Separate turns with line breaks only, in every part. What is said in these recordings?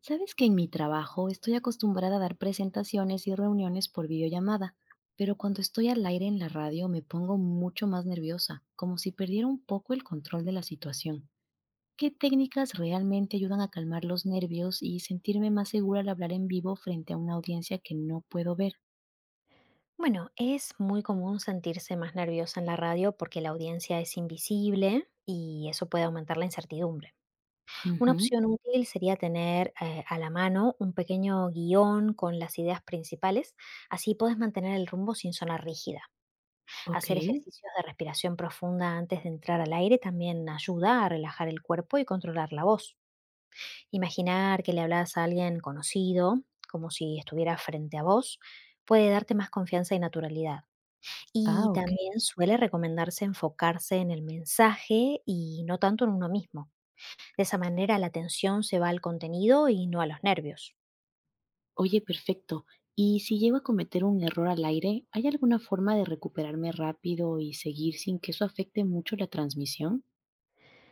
Sabes que en mi trabajo estoy acostumbrada a dar presentaciones y reuniones por videollamada, pero cuando estoy al aire en la radio me pongo mucho más nerviosa, como si perdiera un poco el control de la situación. ¿Qué técnicas realmente ayudan a calmar los nervios y sentirme más segura al hablar en vivo frente a una audiencia que no puedo ver?
Bueno, es muy común sentirse más nerviosa en la radio porque la audiencia es invisible y eso puede aumentar la incertidumbre. Una
Ujú.
opción útil sería tener a la mano un pequeño guión con las ideas principales, así puedes mantener el rumbo sin sonar rígida.
Ok.
Hacer ejercicios de respiración profunda antes de entrar al aire también ayuda a relajar el cuerpo y controlar la voz. Imaginar que le hablas a alguien conocido, como si estuviera frente a vos, puede darte más confianza y naturalidad.
Ah,
Y
ok.
también suele recomendarse enfocarse en el mensaje y no tanto en uno mismo. De esa manera la atención se va al contenido y no a los nervios.
Oye, perfecto. Y si llego a cometer un error al aire, ¿hay alguna forma de recuperarme rápido y seguir sin que eso afecte mucho la transmisión?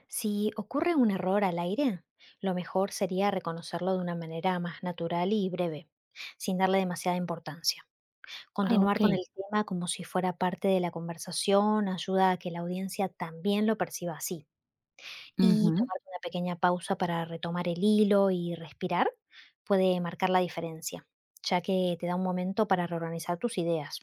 Si ocurre un error al aire, lo mejor sería reconocerlo de una manera más natural y breve, sin darle demasiada importancia.
Ah,
Continuar con
okey.
el tema como si fuera parte de la conversación ayuda a que la audiencia también lo perciba así. Y
Ujú.
tomar una pequeña pausa para retomar el hilo y respirar puede marcar la diferencia, ya que te da un momento para reorganizar tus ideas.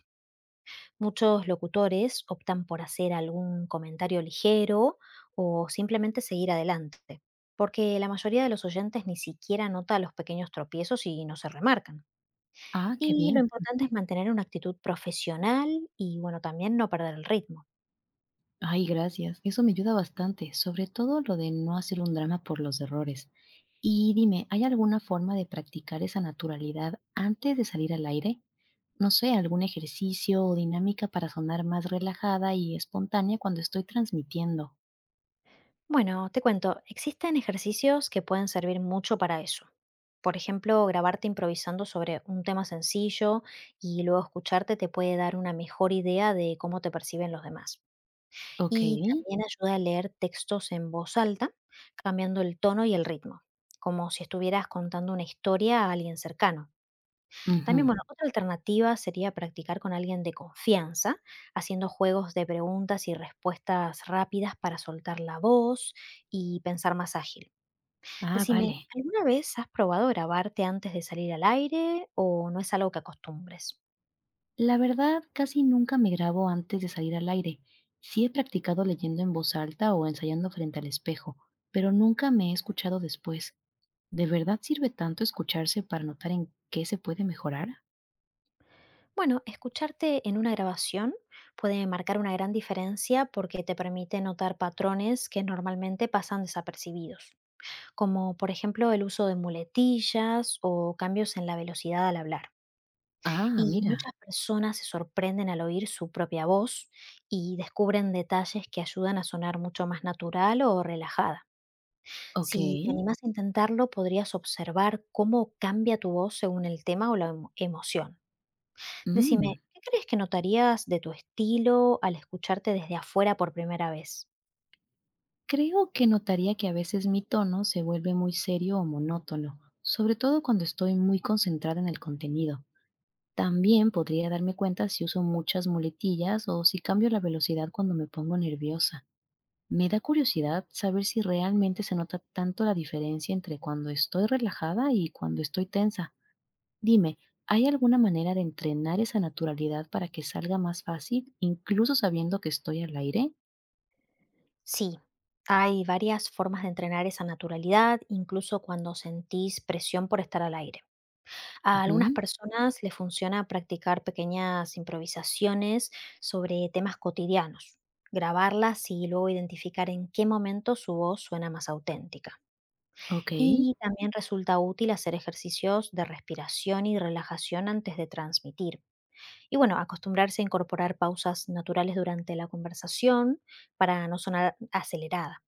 Muchos locutores optan por hacer algún comentario ligero o simplemente seguir adelante, porque la mayoría de los oyentes ni siquiera nota los pequeños tropiezos y no se remarcan.
Ah, qué
Y lo
bien.
importante es mantener una actitud profesional y bueno, también no perder el ritmo.
Ay, gracias. Eso me ayuda bastante, sobre todo lo de no hacer un drama por los errores. Y dime, ¿hay alguna forma de practicar esa naturalidad antes de salir al aire? No sé, algún ejercicio o dinámica para sonar más relajada y espontánea cuando estoy transmitiendo.
Bueno, te cuento, existen ejercicios que pueden servir mucho para eso. Por ejemplo, grabarte improvisando sobre un tema sencillo y luego escucharte te puede dar una mejor idea de cómo te perciben los demás. Y
Okey.
también ayuda a leer textos en voz alta, cambiando el tono y el ritmo, como si estuvieras contando una historia a alguien cercano.
Ujú.
También, bueno, otra alternativa sería practicar con alguien de confianza, haciendo juegos de preguntas y respuestas rápidas para soltar la voz y pensar más ágil.
Ah,
Decime,
vale.
¿alguna vez has probado grabarte antes de salir al aire o no es algo que acostumbres?
La verdad, casi nunca me grabo antes de salir al aire. Sí he practicado leyendo en voz alta o ensayando frente al espejo, pero nunca me he escuchado después. ¿De verdad sirve tanto escucharse para notar en qué se puede mejorar?
Bueno, escucharte en una grabación puede marcar una gran diferencia porque te permite notar patrones que normalmente pasan desapercibidos, como por ejemplo el uso de muletillas o cambios en la velocidad al hablar.
Ah,
Y muchas
mira.
personas se sorprenden al oír su propia voz y descubren detalles que ayudan a sonar mucho más natural o relajada.
Ok.
Si te animas a intentarlo, podrías observar cómo cambia tu voz según el tema o la emoción. Decime,
Mm.
¿qué crees que notarías de tu estilo al escucharte desde afuera por primera vez?
Creo que notaría que a veces mi tono se vuelve muy serio o monótono, sobre todo cuando estoy muy concentrada en el contenido. También podría darme cuenta si uso muchas muletillas o si cambio la velocidad cuando me pongo nerviosa. Me da curiosidad saber si realmente se nota tanto la diferencia entre cuando estoy relajada y cuando estoy tensa. Dime, ¿hay alguna manera de entrenar esa naturalidad para que salga más fácil, incluso sabiendo que estoy al aire?
Sí, hay varias formas de entrenar esa naturalidad, incluso cuando sentís presión por estar al aire. A algunas
Ujú.
personas les funciona practicar pequeñas improvisaciones sobre temas cotidianos, grabarlas y luego identificar en qué momento su voz suena más auténtica.
Ok.
Y también resulta útil hacer ejercicios de respiración y relajación antes de transmitir. Y bueno, acostumbrarse a incorporar pausas naturales durante la conversación para no sonar acelerada.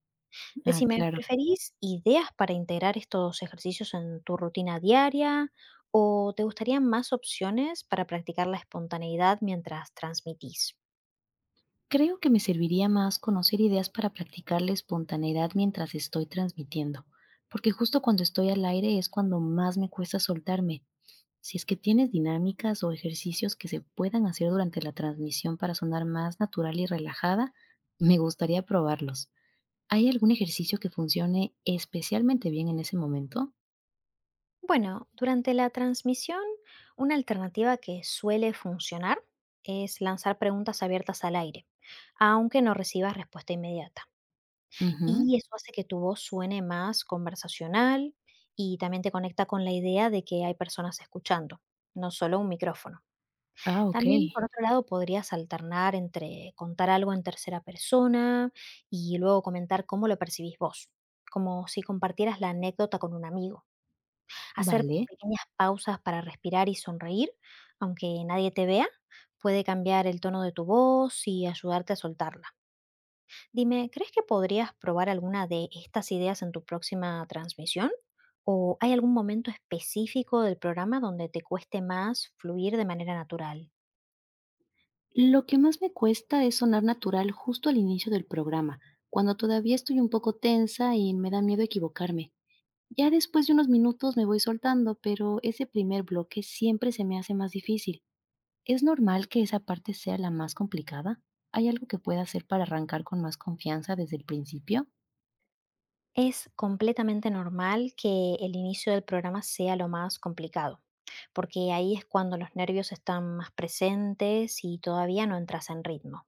Ah,
Decime,
claro.
¿preferís ideas para integrar estos ejercicios en tu rutina diaria o te gustarían más opciones para practicar la espontaneidad mientras transmitís?
Creo que me serviría más conocer ideas para practicar la espontaneidad mientras estoy transmitiendo, porque justo cuando estoy al aire es cuando más me cuesta soltarme. Si es que tienes dinámicas o ejercicios que se puedan hacer durante la transmisión para sonar más natural y relajada, me gustaría probarlos. ¿Hay algún ejercicio que funcione especialmente bien en ese momento?
Bueno, durante la transmisión, una alternativa que suele funcionar es lanzar preguntas abiertas al aire, aunque no recibas respuesta inmediata.
Ujú.
Y eso hace que tu voz suene más conversacional y también te conecta con la idea de que hay personas escuchando, no solo un micrófono.
Ah, ok.
También, por otro lado, podrías alternar entre contar algo en tercera persona y luego comentar cómo lo percibís vos, como si compartieras la anécdota con un amigo. Hacer
Vale.
pequeñas pausas para respirar y sonreír, aunque nadie te vea, puede cambiar el tono de tu voz y ayudarte a soltarla. Dime, ¿crees que podrías probar alguna de estas ideas en tu próxima transmisión? ¿O hay algún momento específico del programa donde te cueste más fluir de manera natural?
Lo que más me cuesta es sonar natural justo al inicio del programa, cuando todavía estoy un poco tensa y me da miedo equivocarme. Ya después de unos minutos me voy soltando, pero ese primer bloque siempre se me hace más difícil. ¿Es normal que esa parte sea la más complicada? ¿Hay algo que pueda hacer para arrancar con más confianza desde el principio?
Es completamente normal que el inicio del programa sea lo más complicado, porque ahí es cuando los nervios están más presentes y todavía no entras en ritmo.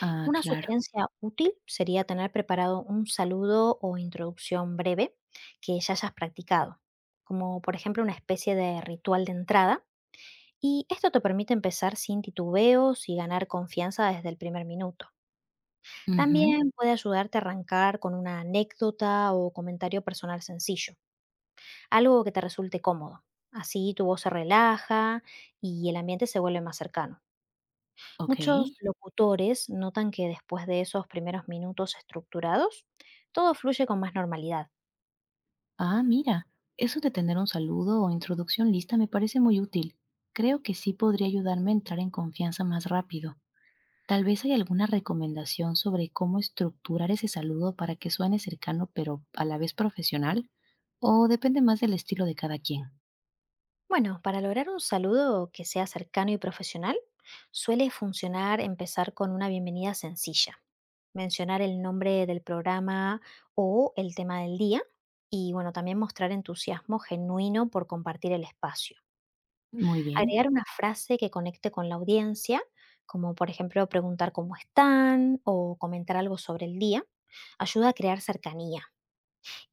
Ah,
Una
claro.
sugerencia útil sería tener preparado un saludo o introducción breve que ya hayas practicado, como por ejemplo una especie de ritual de entrada, y esto te permite empezar sin titubeos y ganar confianza desde el primer minuto.
Ujú.
También puede ayudarte a arrancar con una anécdota o comentario personal sencillo, algo que te resulte cómodo. Así tu voz se relaja y el ambiente se vuelve más cercano.
Ok.
Muchos locutores notan que después de esos primeros minutos estructurados, todo fluye con más normalidad.
Ah, mira, eso de tener un saludo o introducción lista me parece muy útil. Creo que sí podría ayudarme a entrar en confianza más rápido. Tal vez hay alguna recomendación sobre cómo estructurar ese saludo para que suene cercano pero a la vez profesional, o depende más del estilo de cada quien.
Bueno, para lograr un saludo que sea cercano y profesional, suele funcionar empezar con una bienvenida sencilla, mencionar el nombre del programa o el tema del día y bueno, también mostrar entusiasmo genuino por compartir el espacio.
Muy bien.
Agregar una frase que conecte con la audiencia, como por ejemplo preguntar cómo están o comentar algo sobre el día, ayuda a crear cercanía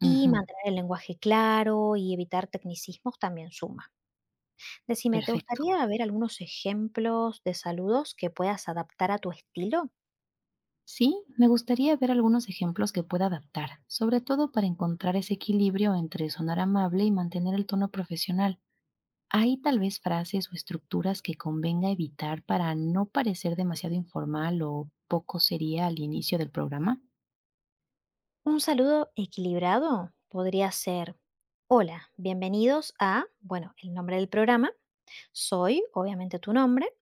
y
Ujú.
mantener el lenguaje claro y evitar tecnicismos también suma. Decime, ¿te
Perfecto.
gustaría ver algunos ejemplos de saludos que puedas adaptar a tu estilo?
Sí, me gustaría ver algunos ejemplos que pueda adaptar, sobre todo para encontrar ese equilibrio entre sonar amable y mantener el tono profesional. Hay tal vez frases o estructuras que convenga evitar para no parecer demasiado informal o poco sería al inicio del programa.
Un saludo equilibrado podría ser, hola, bienvenidos a, bueno, el nombre del programa, soy obviamente tu nombre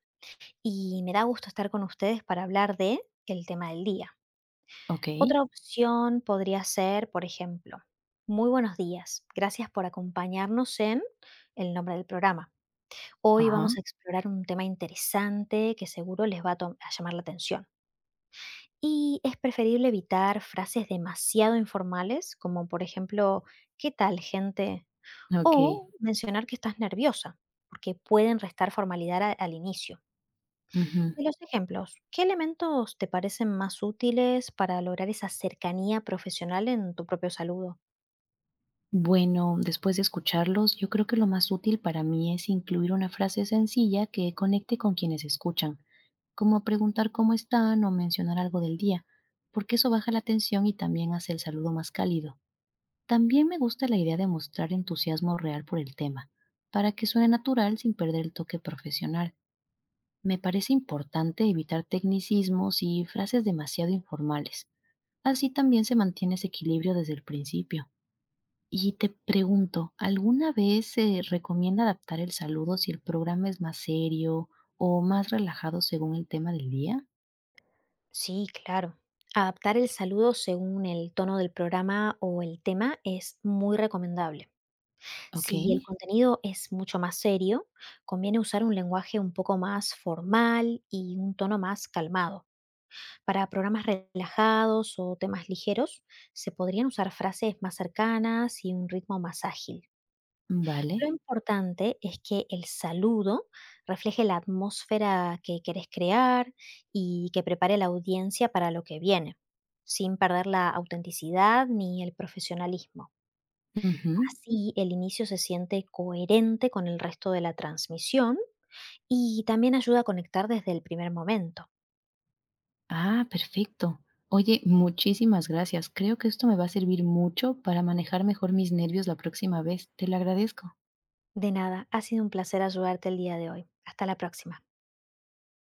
y me da gusto estar con ustedes para hablar de el tema del día.
Ok.
Otra opción podría ser, por ejemplo, muy buenos días, gracias por acompañarnos en el nombre del programa. Hoy
Ajá.
vamos a explorar un tema interesante que seguro les va a, a llamar la atención. Y es preferible evitar frases demasiado informales, como por ejemplo, ¿qué tal gente?
Ok.
O mencionar que estás nerviosa, porque pueden restar formalidad al inicio.
Ujú.
De los ejemplos, ¿qué elementos te parecen más útiles para lograr esa cercanía profesional en tu propio saludo?
Bueno, después de escucharlos, yo creo que lo más útil para mí es incluir una frase sencilla que conecte con quienes escuchan, como preguntar cómo están o mencionar algo del día, porque eso baja la tensión y también hace el saludo más cálido. También me gusta la idea de mostrar entusiasmo real por el tema, para que suene natural sin perder el toque profesional. Me parece importante evitar tecnicismos y frases demasiado informales. Así también se mantiene ese equilibrio desde el principio. Y te pregunto, ¿alguna vez se recomienda adaptar el saludo si el programa es más serio o más relajado según el tema del día?
Sí, claro. Adaptar el saludo según el tono del programa o el tema es muy recomendable.
Ok.
Si el contenido es mucho más serio, conviene usar un lenguaje un poco más formal y un tono más calmado. Para programas relajados o temas ligeros, se podrían usar frases más cercanas y un ritmo más ágil. Lo
Vale.
importante es que el saludo refleje la atmósfera que querés crear y que prepare a la audiencia para lo que viene, sin perder la autenticidad ni el profesionalismo.
Ujú.
Así, el inicio se siente coherente con el resto de la transmisión y también ayuda a conectar desde el primer momento.
Ah, perfecto. Oye, muchísimas gracias. Creo que esto me va a servir mucho para manejar mejor mis nervios la próxima vez. Te lo agradezco.
De nada, ha sido un placer ayudarte el día de hoy. Hasta la próxima.